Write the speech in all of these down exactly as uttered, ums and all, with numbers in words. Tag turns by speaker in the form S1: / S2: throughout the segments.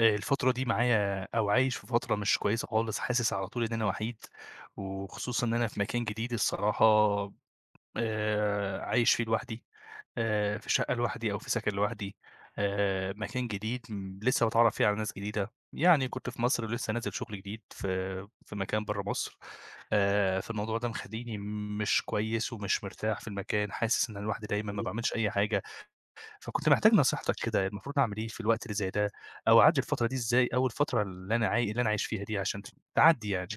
S1: آآ الفترة دي معايا أو عايش في فترة مش كويسة خالص، حاسس على طول إن أنا وحيد، وخصوصًا إن أنا في مكان جديد الصراحة. آآ عايش فيه لوحدي، آآ في شقة لوحدي أو في سكن لوحدي. آآ مكان جديد م لسه باتعرّف فيه على ناس جديدة، يعني كنت في مصر ولسه نازل شغل جديد في في مكان برّه مصر. آآ فالموضوع ده مخلّيني مش كويس ومش مرتاح في المكان، حاسس إن أنا لوحدي دايمًا، ما
S2: إمم.
S1: باعملش أي حاجة. فكنت محتاج نصيحتك كده، المفروض أعمل إيه في الوقت اللي زي ده، أو أعدّي الفترة دي إزاي أو الفترة اللي أنا عاي اللي أنا عايش فيها دي عشان ت تعدّي يعني؟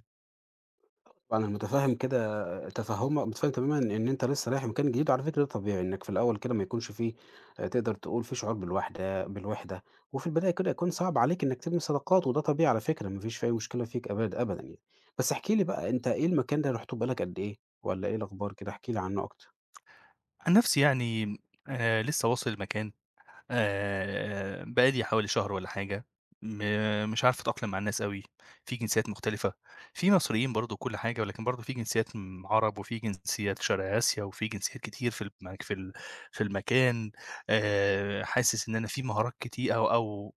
S2: طبعًا أنا متفهم كده تفهُّم متفهم تمامًا إن أنت لسه رايح مكان جديد، وعلى فكرة ده طبيعي إنك في الأول كده ما يكونش في آآ تقدر تقول في شعور بالوحدة بالوحدة، وفي البداية كده يكون صعب عليك إنك تبني صداقات، وده طبيعي على فكرة ما فيش في أي مشكلة فيك أبد أبدًا يعني. بس احكِ لي بقى أنت إيه المكان ده، رُحته بقى لك قد إيه، والّا إيه الأخبار كده؟ احكِ لي عنه أكتر.
S1: عن نفسي يعني آآ لسه واصل المكان، آآ بقى لي حوالي شهر والّا حاجة. م مش عارف أتأقلم مع الناس أوي، في جنسيات مختلفة، في مصريين برضه وكل حاجة، ولكن برضه في جنسيات م عرب وفي جنسيات شرق آسيا وفي جنسيات كتير في الم في ال في المكان. آآ حاسس إن أنا في مهارات كتي أو أو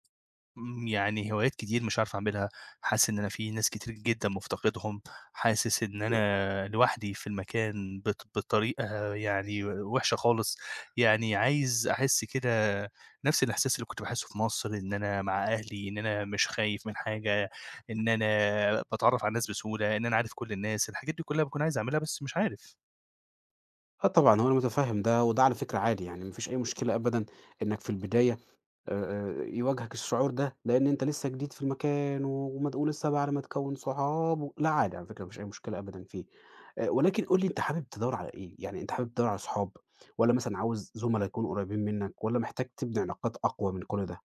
S1: إمم، يعني هوايات كتير مش عارف أعملها، حاسس إن أنا في ناس كتير جدًا مُفتقدهم، حاسس إن أنا لوحدي في المكان بط بطريقة يعني وِحشة خالص، يعني عايز أحس كده نفس الإحساس اللي كنت باحسه في مصر، إن أنا مع أهلي، إن أنا مش خايف من حاجة، إن أنا باتعرّف على الناس بسهولة، إن أنا عارف كل الناس، الحاجات دي كلّها باكون عايز أعملها بس مش عارف.
S2: آه، طبعًا، هو أنا متفهم ده، وده على فكرة عادي يعني ما فيش أي مشكلة أبدًا إنك في البداية آآ، آآ، يواجهك الشعور ده، لإن أنت لسه جديد في المكان ومد ولسه بقى على ما تكوّن صحاب، و لا عادي على فكرة، ما فيش أي مشكلة أبدًا فيه. آآ، ولكن قُل لي أنت حابب تدوّر على إيه؟ يعني أنت حابب تدوّر على صحاب، والّا مثلًا عاوز زُملا يكونوا قريبين منك، والّا محتاج تبني علاقات أقوى من كل ده؟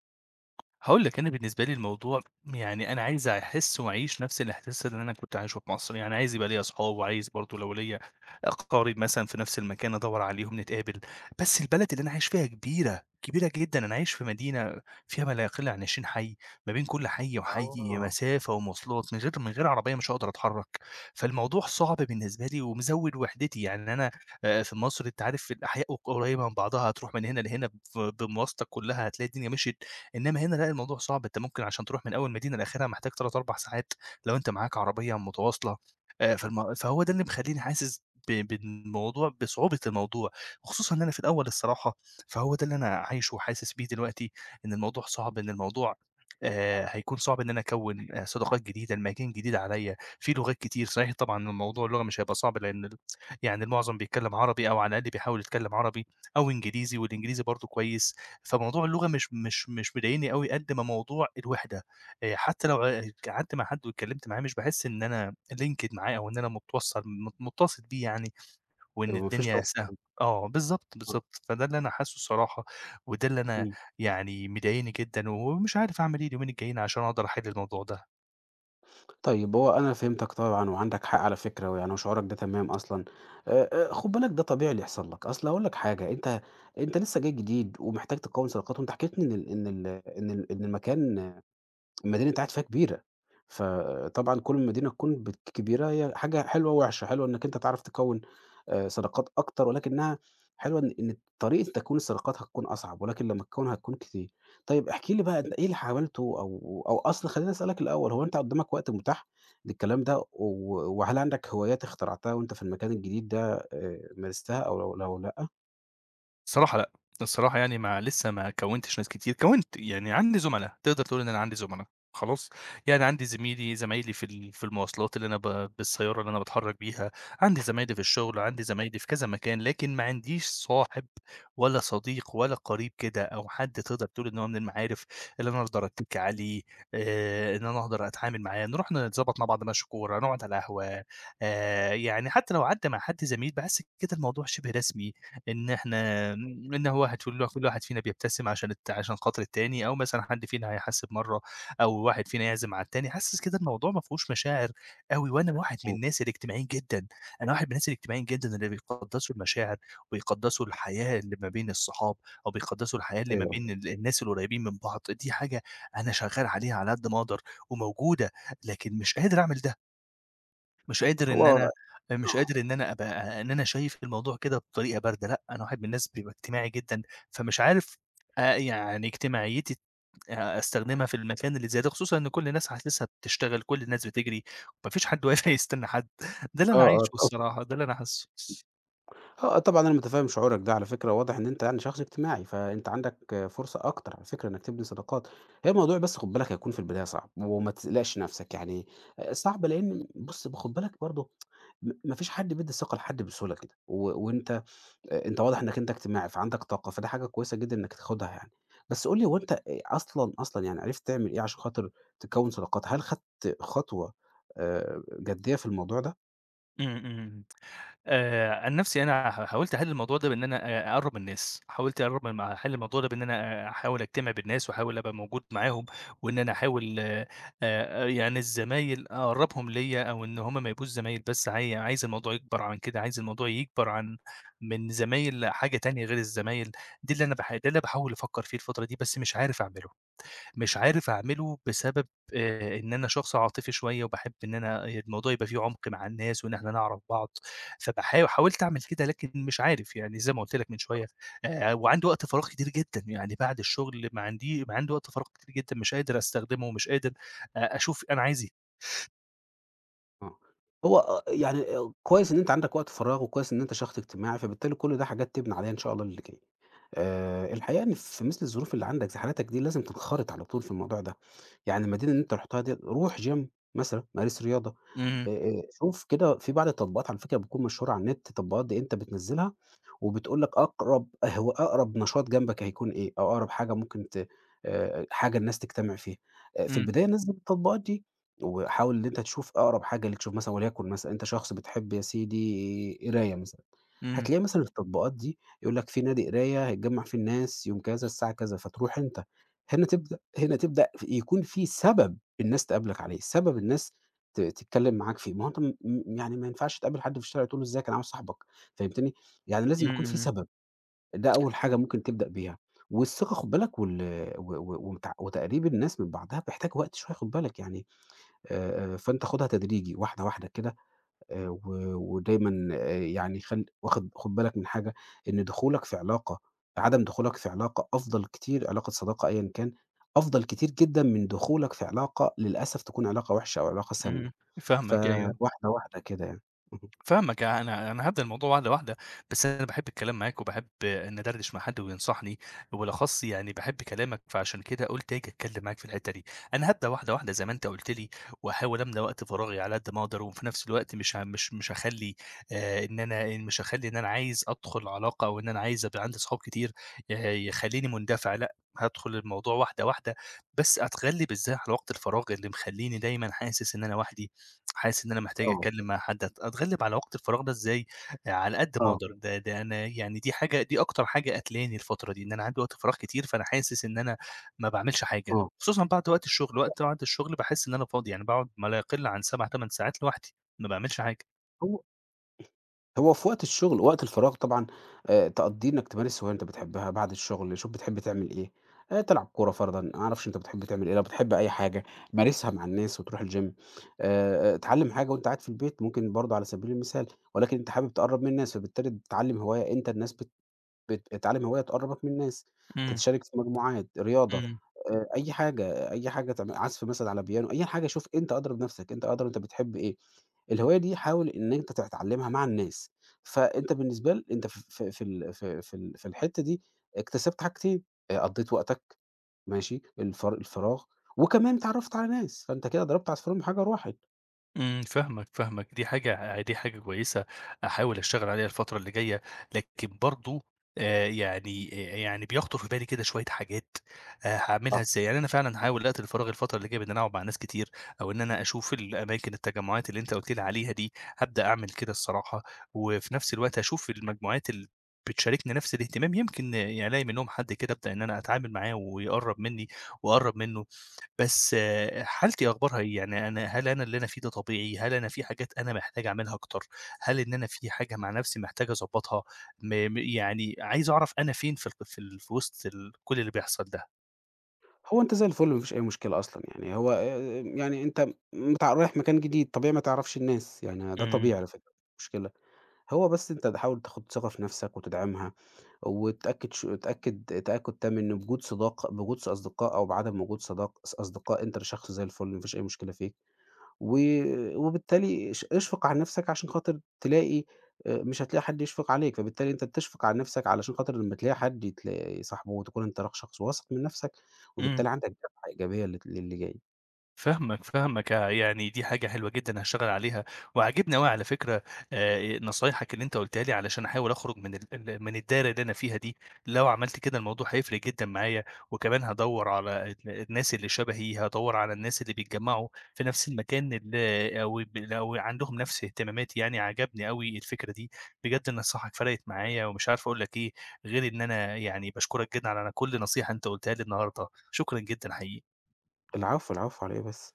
S1: هاقول لك أنا بالنسبة لي الموضوع يعني أنا عايز أحس وأعيش نفس الإحساس اللي أنا كنت عايشه في مصر، يعني عايز يبقى ليّا أصحاب وعايز برضه لو ليّا أقارب مثلًا في نفس المكان أدوّر عليهم نتقابل. بس البلد اللي أنا عايش فيها كبيرة، كبيرة جدًا، أنا عايش في مدينة فيها ما لا يقل عن 20 حي، ما بين كل حي وحي
S2: آه.
S1: مسافة ومواصلات، من غير من غير عربية مش هاقدر أتحرك. فالموضوع صعب بالنسبة لي ومزوّد وحدتي، يعني أنا آآ في مصر أنت عارف الأحياء ق قريبة من بعضها، هتروح من هنا لهنا ف بمواصلتك كلها هتلاقي الدنيا مشيت، إنما هنا لأ، الموضوع صعب، أنت ممكن عشان تروح من أول مدينة لآخرها محتاج تلات ساعات، 4 ساعات لو أنت معاك عربية متواصلة. آآ، فالم فهو ده اللي مخلّيني حاسس ب بالموضوع بصعوبة الموضوع، خصوصًا إن أنا في الأول الصراحة، فهو ده اللي أنا عايشه وحاسس بيه دلوقتي، إن الموضوع صعب، إن الموضوع آآ، هيكون صعب إن أنا أكوّن آآ، صداقات جديدة، المكان جديد عليّا، في لغات كتير، صحيح طبعًا الموضوع اللغة مش هيبقى صعب لأن ال يعني المعظم بيتكلّم عربي أو على الأقل بيحاول يتكلّم عربي أو إنجليزي والإنجليزي برضه كويس. فموضوع اللغة مش مش مش مضايقني أوي قد ما موضوع الوِحدة، آآ حتى لو ق قعدت مع حد واتكلمت معاه مش باحس إن أنا linked معاه أو إن أنا متوصّل مت متّصل بيه يعني، وإن
S2: ما فيش.
S1: الدنيا سه آه بالضبط،
S2: آه،
S1: بالضبط، فده اللي أنا حاسّه الصراحة، وده اللي أنا
S2: إمم.
S1: يعني مضايقني جدًا ومش عارف أعمل إيه اليومين الجايين عشان أقدر أحِل الموضوع ده.
S2: طيب هو أنا فهمتك طبعًا، وعندك حق على فكرة، ويعني وشعورك ده تمام أصلًا. آآ، آآ، خُد بالك ده طبيعي اللي يحصل لك، أصل هاقول لك حاجة، أنت أنت لسه جاي جديد ومحتاج تكوّن صداقات، وأنت حكيت لي إن ال إن ال إن ال إن المكان المدينة أنت قاعد فيها كبيرة. فطبعًا كل ما المدينة تكون بت كبيرة، هي حاجة حلوة ووحشة. حلوة إنّك أنت تعرف تكوّن آآ صداقات أكتر، ولكنها حلوة إن إن طريقة تكوين الصداقات هتكون أصعب، ولكن لمّا تكوّنها هتكون كتير. طيب احكِ لي بقى أنت إيه اللي عملته، أو أو أصل خلّيني أسألك الأول، هو أنت قدّامك وقت متاح للكلام ده، و وهل عندك هوايات اخترعتها وأنت في المكان الجديد ده، آآ مارستها، أو لو لو لأ؟
S1: الصراحة لأ، الصراحة يعني ما لسه ما كوّنتش ناس كتير، كوّنت يعني عندي زُملا، تقدر تقول إن أنا عندي زُملا، خلاص؟ يعني عندي زميلي زمايلي في ال في المواصلات اللي أنا ب بالسيارة اللي أنا باتحرّك بيها، عندي زمايلي في الشغل، عندي زمايلي في كذا مكان، لكن ما عنديش صاحب ولا صديق ولا قريب كده أو حد تقدر تقول إن هو من المعارف اللي أنا أقدر أتّكي عليه، آآ إن أنا أقدر أتعامل معاه، نروح نتضبط مع بعض ماتش كورة، نقعد على القهوة. آآ يعني حتّى لو قعدت مع حد زميل باحس كده الموضوع شِبه رسمي، إن إحنا م إن هو هتقول كل واحد فينا بيبتسم عشان الت عشان خاطر التاني، أو مثلًا حد فينا هيحاسب مرّة، أو واحد فينا يعزم على التاني، حاسس كده الموضوع ما فيهوش مشاعر أوي، وأنا واحد من
S2: إمم.
S1: الناس الاجتماعيين جدًا، أنا واحد من الناس الاجتماعيين جدًا اللي بيقدّسوا المشاعر، وبيقدّسوا الحياة اللي ما بين الصحاب، أو بيقدّسوا الحياة اللي
S2: آآ
S1: ما
S2: أيوه.
S1: بين ال الناس القريبين من بعض، دي حاجة أنا شغّال عليها على قد ما أقدر وموجودة، لكن مش قادر أعمل ده. مش قادر
S2: هو
S1: إن
S2: آه،
S1: أنا مش قادر إن أنا أبقى إن أنا شايف الموضوع كده بطريقة باردة، لأ، أنا واحد من الناس بيبقى اجتماعي جدًا، فمش عارف آآ يعني اجتماعيتي آآ أستخدمها في المكان اللي زي ده، خصوصًا إن كل الناس حاسسها بتشتغل، كل الناس بتجري، ما فيش حد واقف هيستنى حد، ده اللي
S2: آه،
S1: أنا عايشه
S2: آه، طب،
S1: الصراحة، ده اللي أنا حاسه.
S2: آه، طبعًا أنا متفهم شعورك ده على فكرة. واضح إن أنت يعني شخص اجتماعي، فأنت عندك فرصة أكتر على فكرة إنك تبني صداقات. هي الموضوع بس خُد بالك هيكون في البداية صعب، وما تقلقش نفسك يعني. آه، صعب، لإن بُص، خُد بالك برضه م ما فيش حد بيدّي الثقة لحد بسهولة كده، و وأنت، آه، أنت واضح إنك أنت اجتماعي فعندك طاقة، فدي حاجة كويسة جدًا إنك تاخدها يعني. بس قُل لي هو أنت آآ أصلًا، أصلًا يعني، عرفت تعمل إيه عشان خاطر تكوّن صداقات؟ هل خدت خطوة آآ جدية في الموضوع ده؟
S1: إمم، إمم. آآ، عن نفسي أنا ح حاولت أحل الموضوع ده بإن أنا أ أقرّب من الناس، حاولت أقرّب م أحل الموضوع ده بإن أنا آه، أحاول أجتمع بالناس وأحاول أبقى موجود معاهم، وإن أنا أحاول آآ، يعني الزمايل أقرّبهم ليّا أو إن هم ما يبقوش زمايل بس، عاي عايز الموضوع يكبر عن كده، عايز الموضوع يكبر عن من زمايل لحاجة تانية غير الزمايل، دي اللي أنا باح ده اللي باحاول أفكّر فيه الفترة دي بس مش عارف أعمله. مش عارف أعمله بسبب آآ إن أنا شخص عاطفي شوية وباحب إن أنا الموضوع يبقى فيه عُمق مع الناس وإن إحنا نعرف بعض، فباحاو حاولت أعمل كده لكن مش عارف، يعني زي ما قُلت لك من شوية. آآ وعندي وقت فراغ كتير جدًا، يعني بعد الشغل ما عندي ما عندي وقت فراغ كتير جدًا مش قادر أستخدمه ومش قادر أ أشوف أنا عايز إيه.
S2: آه. هو آه، يعني، آه، كويس إن أنت عندك وقت فراغ، وكويس إن أنت شخص اجتماعي، فبالتالي كل ده حاجات تبني عليها إن شاء الله اللي جاي. آآ الحقيقة إن في مثل الظروف اللي عندك، زي حالتك دي، لازم تنخرط على طول في الموضوع ده. يعني المدينة اللي أنت رُحتها ديّة، روح gym مثلًا، مارس رياضة.
S1: إمم،
S2: آآ، آآ، شوف كده في بعض التطبيقات على فكرة بتكون مشهورة على النت، تطبيقات دي أنت بتنزّلها وبتقول لك أقرب، هو أقرب نشاط جنبك هيكون إيه، أو أقرب حاجة ممكن ت آآ، حاجة الناس تجتمع فيها. آآ، في
S1: إمم،
S2: البداية نزّل التطبيقات دي، وحاول إن أنت تشوف أقرب حاجة ليك. شوف مثلًا، وليكن مثلًا أنت شخص بتحب يا سيدي قراية مثلًا،
S1: إمم،
S2: هتلاقي مثلًا التطبيقات دي يقول لك في نادي قراية هيتجمّع فيه الناس يوم كذا الساعة كذا، فتروح أنت. هنا تبدأ هنا تبدأ، ف يكون في سبب الناس تقابلك عليه، سبب الناس ت تتكلّم معاك فيه. ما هو أنت م م يعني ما ينفعش تقابل حد في الشارع تقول له إزيك، أنا عاوز صاحبك، فهمتني؟ يعني لازم
S1: إمم،
S2: يكون في
S1: إمم،
S2: سبب. ده أول حاجة ممكن تبدأ بيها. والثقة خُد بالك، وال و و ومت وتقريب الناس من بعضها بيحتاج وقت شوية، خُد بالك يعني. آآ آآ فأنت خُدها تدريجي، واحدة، واحدة كده، آآ و ودايمًا، آآ يعني خل واخد خُد بالك من حاجة، إن دخولك في علاقة عدم دخولك في علاقة، أفضل كتير، علاقة صداقة أيًا كان، أفضل كتير جدًا من دخولك في علاقة للأسف تكون علاقة وحشة أو علاقة سامة.
S1: إمم، فاهمك، أيوه.
S2: فواحدة، واحدة كده يعني.
S1: فاهمك، يعني أنا أنا هابدأ الموضوع واحدة، واحدة، بس أنا باحب الكلام معاك وباحب إن أدردش مع حد وينصحني، وبالأخص يعني باحب كلامك، فعشان كده قُلت آجي أتكلم معاك في الحتة دي. أنا هابدأ واحدة، واحدة زي ما أنت قُلت لي، وأحاول أملى وقت فراغي على قد ما أقدر، وفي نفس الوقت مش ه مش مش هاخلّي آآ إن أنا إن مش هاخلّي إن أنا عايز أدخل علاقة، أو إن أنا عايز أبقى عندي صحاب كتير ي يخلّيني مندفع، لأ، هادخل الموضوع واحدة، واحدة، بس أتغلب إزاي على وقت الفراغ اللي مخلّيني دايمًا حاسس إن أنا وحدي، حاسس إن أنا محتاج
S2: اهم.
S1: أتكلّم مع حد أت أتغلّب على وقت الفراغ ده إزاي. آه، على قد
S2: آه،
S1: ما
S2: آه،
S1: أقدر، ده ده أنا يعني دي حاجة دي أكتر حاجة قاتلاني الفترة دي، إن أنا عندي وقت فراغ كتير، فأنا حاسس إن أنا ما باعملش حاجة،
S2: آه.
S1: خصوصًا بعد وقت الشغل، وقت بعد الشغل باحس إن أنا فاضي، يعني باقعد ما لا يقل عن سبع ساعات، 8 ساعات لوحدي، ما باعملش حاجة.
S2: هو هو في وقت الشغل، وقت الفراغ طبعًا آآ تقضّيه إنّك تمارس هواية أنت بتحبها بعد الشغل. شوف بتحب تعمل إيه، آآ تلعب كورة فرضًا، ما أعرفش أنت بتحب تعمل إيه. لو بتحب أي حاجة مارسها مع الناس، وتروح الgym، آآ اتعلّم حاجة وأنت قاعد في البيت ممكن برضه على سبيل المثال. ولكن أنت حابب تقرّب من الناس، فبالتالي بتتعلّم هواية، أنت الناس بت بتتعلم هواية تقرّبك من الناس،
S1: إمم،
S2: تتشارك في مجموعات، رياضة،
S1: إمم.
S2: آآ أي حاجة، أي حاجة، تعم عزف مثلًا على بيانو، أي حاجة. شوف أنت أدرى بنفسك، أنت أدرى أنت بتحب إيه. الهواية دي حاول إن أنت تتعلمها مع الناس، فأنت بالنسبة ل أنت ف ف في ال في في ال في الحتة دي اكتسبت حاجتين، آآ قضّيت وقتك، ماشي، الفر الفراغ، وكمان اتعرّفت على ناس، فأنت كده ضربت عصفورين بحجر واحد.
S1: إمم، فاهمك، فاهمك، دي حاجة دي حاجة كويسة أحاول أشتغل عليها الفترة اللي جاية، لكن برضه آآ يعني آآ يعني بيخطر في بالي كده شوية حاجات آآ هاعملها إزاي؟ يعني أنا فعلًا هاحاول أقتل الفراغ الفترة اللي جاية بإن أنا أقعد مع ناس كتير، أو إن أنا أشوف الأماكن التجمعات اللي أنت قُلت لي عليها دي، هابدأ أعمل كده الصراحة، وفي نفس الوقت أشوف المجموعات اللي بتشاركني نفس الاهتمام، يمكن آه، يعني ألاقي منهم حد كده أبدأ إن أنا أتعامل معاه ويقرّب منّي وأقرّب منّه. بس آه، حالتي أخبارها إيه؟ يعني أنا هل أنا اللي أنا فيه ده طبيعي، هل أنا في حاجات أنا محتاج أعملها أكتر، هل إن أنا في حاجة مع نفسي محتاج أضبّطها، م م يعني عايز أعرف أنا فين في الق في ال في وسط ال كل اللي بيحصل ده.
S2: هو أنت زي الفل، ما فيش أي مشكلة أصلًا يعني. هو آآ، يعني أنت متع رايح مكان جديد، طبيعي ما تعرفش الناس، يعني ده
S1: إمم،
S2: طبيعي على فكرة، مش مشكلة. هو بس أنت تحاول تاخد ثقة في نفسك وتدعمها، وتأكد ش تأكد تأكد تام إن بوجود صداق بوجود أصدقاء، أو بعدم وجود صداق أص أصدقاء، أنت شخص زي الفل، ما فيش أي مشكلة فيك. و وبالتالي اش اشفق على نَفْسك عشان خاطر تلاقي آآ مش هتلاقي حد يشفق عليك، فبالتالي أنت بتشفق على نَفْسك علشان خاطر لمّا تلاقي حد تلاقي صاحبه، وتكون أنت ر شخص واثق من نَفْسك،
S1: إمم.
S2: وبالتالي عندك دفعة إيجابية لت للي جاي.
S1: فاهمك، فاهمك، آآ، يعني دي حاجة حلوة جدًا هاشتغل عليها، وعاجبني أوي على فكرة آآ، نصايحك اللي أنت قُلتها لي علشان أحاول أخرج من ال ال من الدايرة اللي أنا فيها دي، لو عملت كده الموضوع هيفرق جدًا معايا، وكمان هادوّر على ال الناس اللي شبهي، هادوّر على الناس اللي بيتجمعوا في نفس المكان اللي أو ب أو عندهم نفس اهتماماتي يعني، عجبني أوي الفكرة دي، بجد نصايحك فرقت معايا ومش عارف أقول لك إيه، غير إن أنا يعني باشكرك جدًا على كل نصيحة أنت قُلتها لي النهارده، شكرًا جدًا حقيقي.
S2: العفو، العفو، على إيه بس.